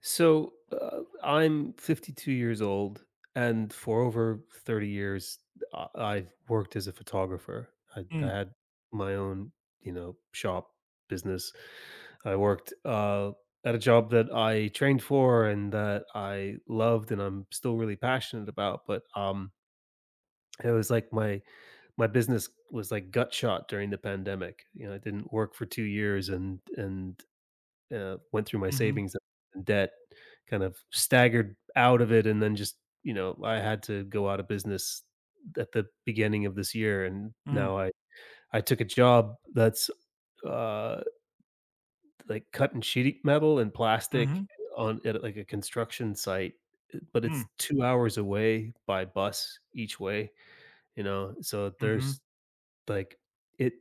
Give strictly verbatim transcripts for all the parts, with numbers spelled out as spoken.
So uh, I'm fifty-two years old, and for over thirty years, I- I've worked as a photographer. I, I Mm, had my own, you know, shop business. I worked uh, at a job that I trained for and that I loved, and I'm still really passionate about. But um, it was like my my business was like gut shot during the pandemic. You know, I didn't work for two years, and and uh, went through my mhm, savings and debt, kind of staggered out of it, and then just, you know, I had to go out of business at the beginning of this year, and mm, now I I took a job that's, uh, like cutting sheet metal and plastic mhm, on at, like, a construction site, uh, but mm, it's two hours away by bus each way, you know, so mhm, there's, like it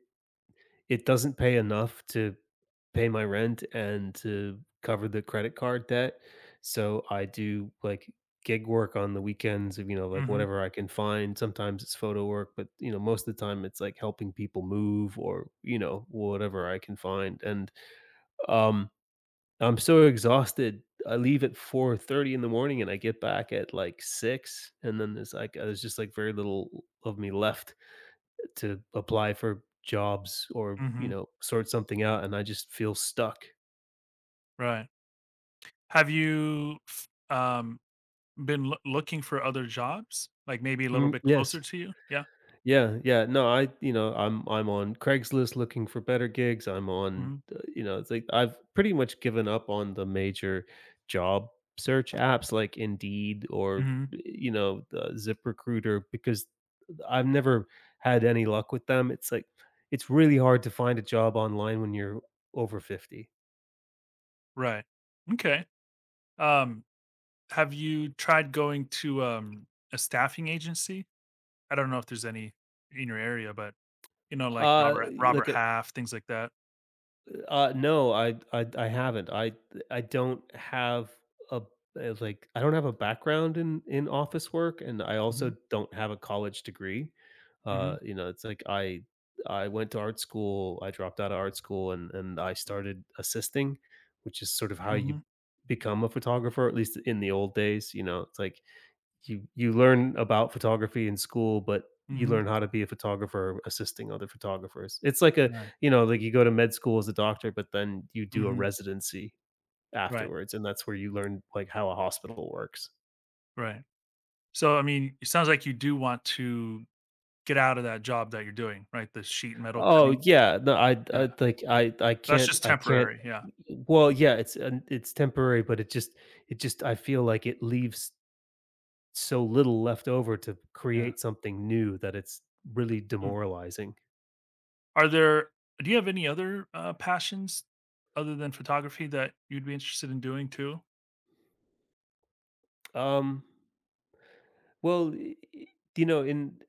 it doesn't pay enough to pay my rent and to cover the credit card debt. So I do like gig work on the weekends of, you know, like mhm, whatever I can find. Sometimes it's photo work, but you know, most of the time it's like helping people move or, you know, whatever I can find. And um I'm so exhausted. I leave at four thirty in the morning and I get back at like six, and then there's like there's just like very little of me left to apply for jobs or, you mhm, know, sort something out, and I just feel stuck. right. Have you f um, been loo looking for other jobs? Like, maybe a little Mm, bit yes. closer to you? Yeah. Yeah, yeah. No, I you know, I'm I'm on Craigslist looking for better gigs. I'm on, Mhm, uh, you know, It's like I've pretty much given up on the major job search apps like Indeed or, mhm, you know, the ZipRecruiter, because I've never had any luck with them. It's like it's really hard to find a job online when you're over fifty. right. Okay. Um, have you tried going to, um, a staffing agency? I don't know if there's any in your area, but, you know, like Uh, Robert Robert like a Half, things like that. Uh, no, I, I I haven't. I I don't have a uh, like I don't have a background in in office work, and I also Mhm, don't have a college degree. mhm, Uh, you know, it's like I I went to art school. I dropped out of art school, and and I started assisting, which is sort of how you mhm, become a photographer, at least in the old days. You know, it's like you you learn about photography in school, but you mhm, learn how to be a photographer assisting other photographers. It's like a, right. you know, like you go to med school as a doctor, but then you do a Mhm, residency right, afterwards, and that's where you learn like how a hospital works. right. So, I mean, it sounds like you do want to get out of that job that you're doing, right? The sheet metal Oh cutting. yeah, no, I Yeah. I like I I That's can't just I can't. temporary. Yeah. Well, yeah, it's uh, it's temporary, but it just it just I feel like it leaves so little left over to Yeah. create something new that it's really Hmm. demoralizing. Are there Do you have any other, uh, passions other than photography that you'd be interested in doing too? Um Well, y y you know, in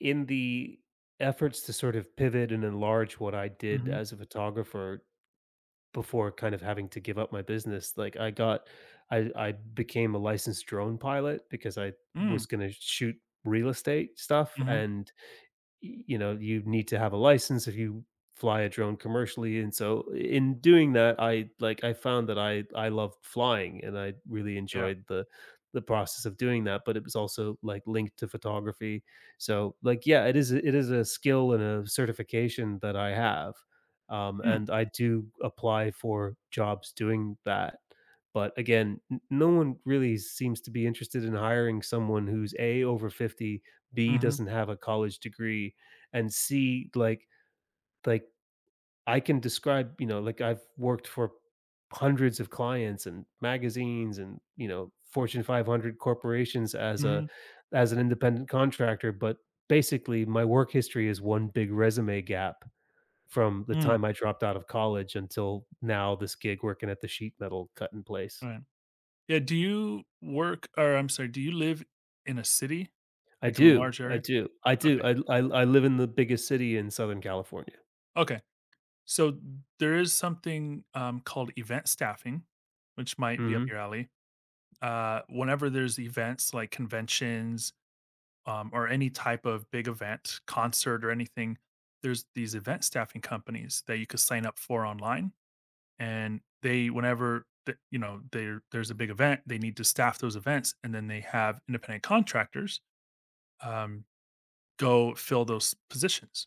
in the efforts to sort of pivot and enlarge what I did Mhm. as a photographer before kind of having to give up my business, like, I got I I became a licensed drone pilot because I Mm. was gonna shoot real estate stuff, Mhm. and you know you need to have a license if you fly a drone commercially. And so in doing that, I, like, I found that i i loved flying, and I really Yeah. enjoyed the the process of doing that, but it was also like linked to photography. So like, yeah, it is a- it is a skill and a certification that I have, um Mm. and I do apply for jobs doing that. But again, n- no one really seems to be interested in hiring someone who's A, over fifty, B, Mhm. doesn't have a college degree, and C, like like I can describe, you know, like I've worked for hundreds of clients and magazines and, you know, Fortune five hundred corporations as a Mhm. as an independent contractor, but basically my work history is one big resume gap from the Mm. time I dropped out of college until now, this gig working at the sheet metal cut in place. Right. Yeah, do you work or I'm sorry, do you live in a city? I Like, in a do. large I area? do. I do. Okay. I I I live in the biggest city in Southern California. Okay. So, there is something, um, called event staffing, which might be up Mhm. your alley. Uh, whenever there's events like conventions, um, or any type of big event, concert or anything, there's these event staffing companies that you could sign up for online, and they whenever th- you know there there's a big event, they need to staff those events, and then they have independent contractors, um, go fill those positions.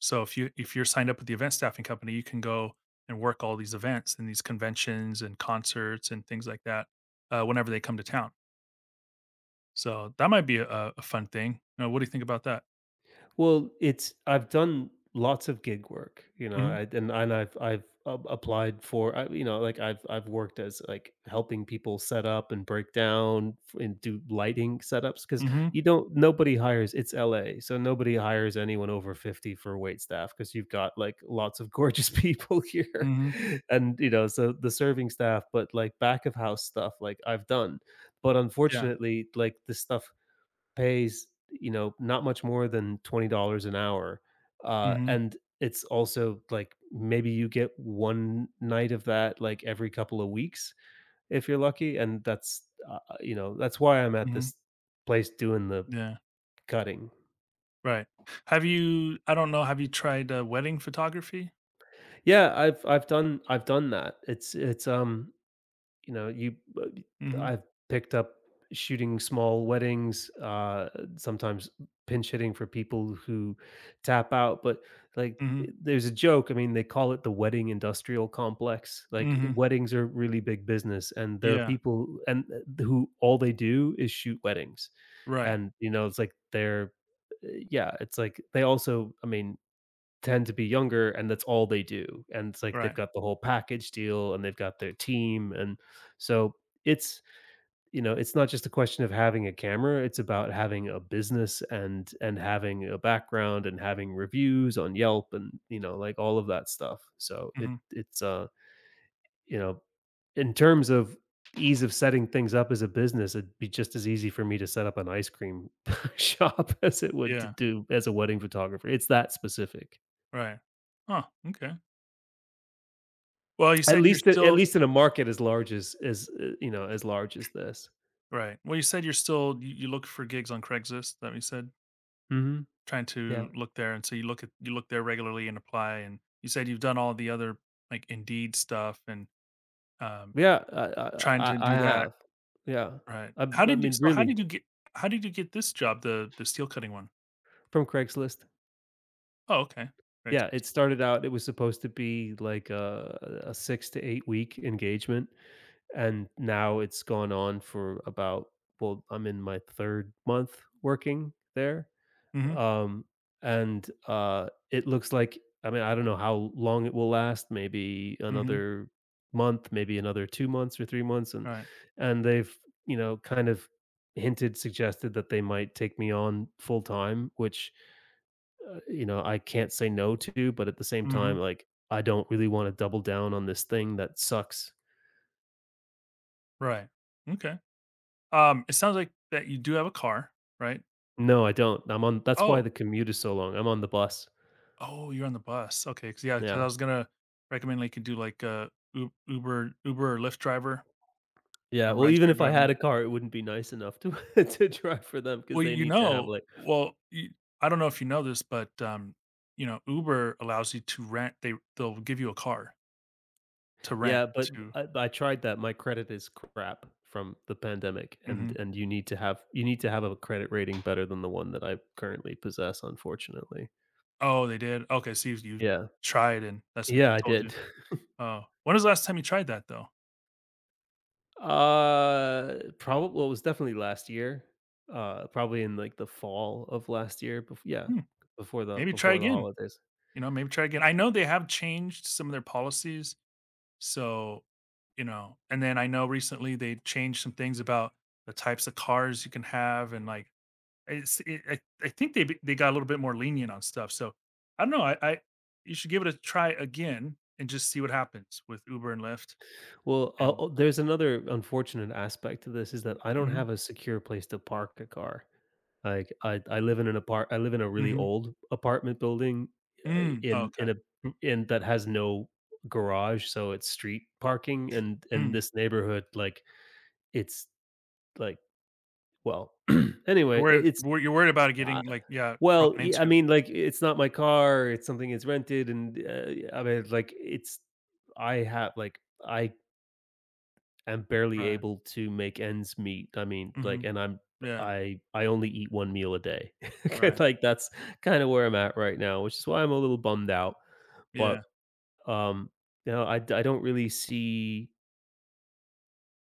So if you if you're signed up with the event staffing company, you can go and work all these events and these conventions and concerts and things like that uh, whenever they come to town. So that might be a a fun thing. Uh, what do you think about that? Well, it's I've done lots of gig work, you know, Mhm, I, and and I've I've a- applied for, I, you know, like I've I've worked as like helping people set up and break down f- and do lighting setups, because mhm, you don't nobody hires it's L A, so nobody hires anyone over fifty for wait staff because you've got like lots of gorgeous people here, mhm, and you know, so the serving staff, but like back of house stuff, like I've done, but yeah, unfortunately, like, the stuff pays, you know, not much more than twenty dollars an hour, uh, mhm, and it's also, like, maybe you get one night of that, like, every couple of weeks if you're lucky, and that's, uh, uh, you know, that's why I'm at mhm, this place doing the yeah, cutting. right. Have you I don't know, have you tried, uh, wedding photography? Yeah, I've I've done I've done that. It's it's, um You know, you Mhm, I I've picked up shooting small weddings, uh, sometimes pinch hitting for people who tap out, but, like, eh, mhm, there's a joke, I mean, they call it the wedding industrial complex, like, eh, mhm, weddings are really big business, and there are yeah, people and, eh, who all they do is shoot weddings, right, and, you know, it's like they're uh, yeah, it's like they also, I mean, tend to be younger, and that's all they do, and it's like they've right, got the whole package deal and they've got their team, and so it's you know, it's not just a question of having a camera, it's about having a business and and having a background and having reviews on Yelp and, you know, like all of that stuff. So it mhm, it's, uh, you know, in terms of ease of setting things up as a business, it'd be just as easy for me to set up an ice cream shop as it would to yeah, do as a wedding photographer. It's that specific. right. Huh, okay. Well, you At said you're least at still least in a market as large as as uh, you know, as large as this. Right. Well, you said you're still you you look for gigs on Craigslist, that we said? Mhm. Trying Yeah. to look there, and so you look at you look there regularly and apply, and you said you've done all the other, like, Indeed stuff and, um, Yeah, I trying I to I I do that, have. Yeah. right. I How I did you mean, so how really, did you get how did you get this job, the the steel cutting one? from Craigslist. Oh, okay. Right. Yeah, it started out, it was supposed to be like a a six to eight week engagement, and now it's gone on for about well, I'm in my third month working there. Mhm, Um, and, uh, it looks like, I mean, I don't know how long it will last, maybe mhm, another month, maybe another two months or three months, and right. and they've, you know, kind of hinted, suggested that they might take me on full time, which, uh, you know, I can't say no to, but at the same time, Mhm, like, I don't really wanna double down on this thing that sucks. right. Okay. Um, it sounds like that you do have a car, right? No, I don't. I'm on That's why Oh, the commute is so long. I'm on the bus. oh, you're on the bus. Okay, cause yeah, cause I Yeah. was gonna recommend, like, you do, like, a U Uber Uber or Lyft driver, you Yeah, know, well, even rideshare if I had driving. a car, it wouldn't be nice enough to to drive for them because Well, they you need to have, know like well, you I don't know if you know this, but, um, you know, Uber allows you to rent, they they'll give you a car to rent Yeah, but to. I I tried that. My credit is crap from the pandemic, and Mhm. and you need to have you need to have a credit rating better than the one that I currently possess, unfortunately. Oh, they did? Okay, so you you Yeah. tried and that's what they Yeah, I told you. did. Oh. When was the last time you tried that though? Uh, probably, well, it was definitely last year. Uh, probably in, like, the fall of last year, bef yeah, Hmm, before the maybe try before the again, holidays. you know, maybe try again. I know they have changed some of their policies, so, you know, and then I know recently they changed some things about the types of cars you can have, and like it's it I I think they be they got a little bit more lenient on stuff, so I don't know, I I you should give it a try again and just see what happens with Uber and Lyft Well, uh, and oh, there's another unfortunate aspect to this, is that I don't mhm, have a secure place to park a car. Like, I I live in an apart I live in a really mhm, old apartment building, uh, mm, in okay, in a in that has no garage, so it's street parking, and and mm. this neighborhood, like, it's, like, well, anyway, You're I worried it's wor you're worried about it uh, getting, like, yeah, well, broken yeah, I into. mean, like, it's not my car, it's something it's rented, and, uh, I mean, like, it's I have like, I am barely Right. able to make ends meet. I mean, like, Mhm. and I'm Yeah. I I only eat one meal a day. Right. Like, that's kind of where I'm at right now, which is why I'm a little bummed out. But Yeah. um, you know, I I d- I don't really see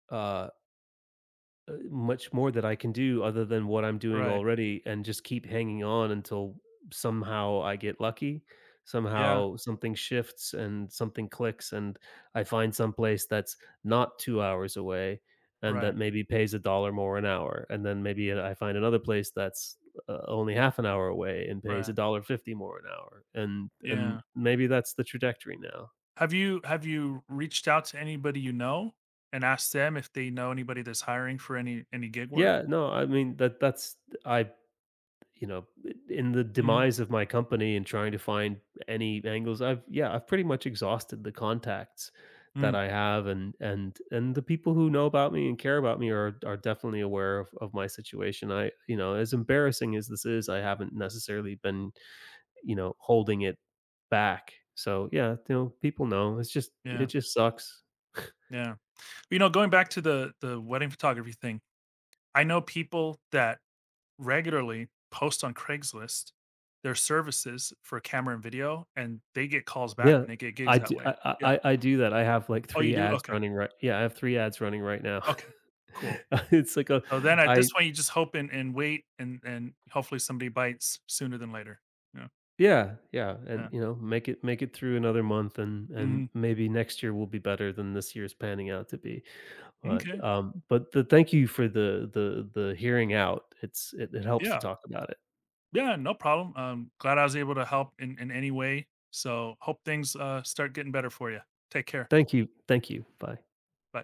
uh uh, much more that I can do other than what I'm doing Right. already and just keep hanging on until somehow I get lucky. Yeah. Somehow something shifts and something clicks, and I find some place that's not two hours away, and Right. that maybe pays a dollar more an hour. And then maybe I find another place that's uh, only half an hour away and pays Right. a dollar fifty more an hour. And and Yeah. maybe that's the trajectory now. Have you have you reached out to anybody you know and asked them if they know anybody that's hiring for any any gig work? Yeah, no, I mean that that's I you know, in the Mhm. demise of my company and trying to find any angles, I've yeah, I've pretty much exhausted the contacts that Mm. I have, and and and the people who know about me and care about me are are definitely aware of, of my situation. I you know, as embarrassing as this is, I haven't necessarily been, you know, holding it back. So yeah, you know, people know. It's just it Yeah. just sucks. Yeah. You know, going back to the the wedding photography thing, I know people that regularly post on Craigslist their services for camera and video, and they get calls back Yeah, and they get gigs I that do I way. Yeah. I I I do that. I have, like, Oh, you three do? ads Okay. running right. Yeah, I have three ads running right now. Okay, cool. It's like a So then at this I point, you just hope and and wait and and hopefully somebody bites sooner than later. Yeah, Yeah, yeah, yeah. and, you know, make it make it through another month, and and Mhm. maybe next year will be better than this year's panning out to be. But, M'kay. um, but the thank you for the the the hearing out. It's it it helps to Yeah. talk about it. Yeah, no problem. Um, glad I was able to help in in any way. So hope things, uh, start getting better for you. Take care. Thank you, thank you. Bye. Bye.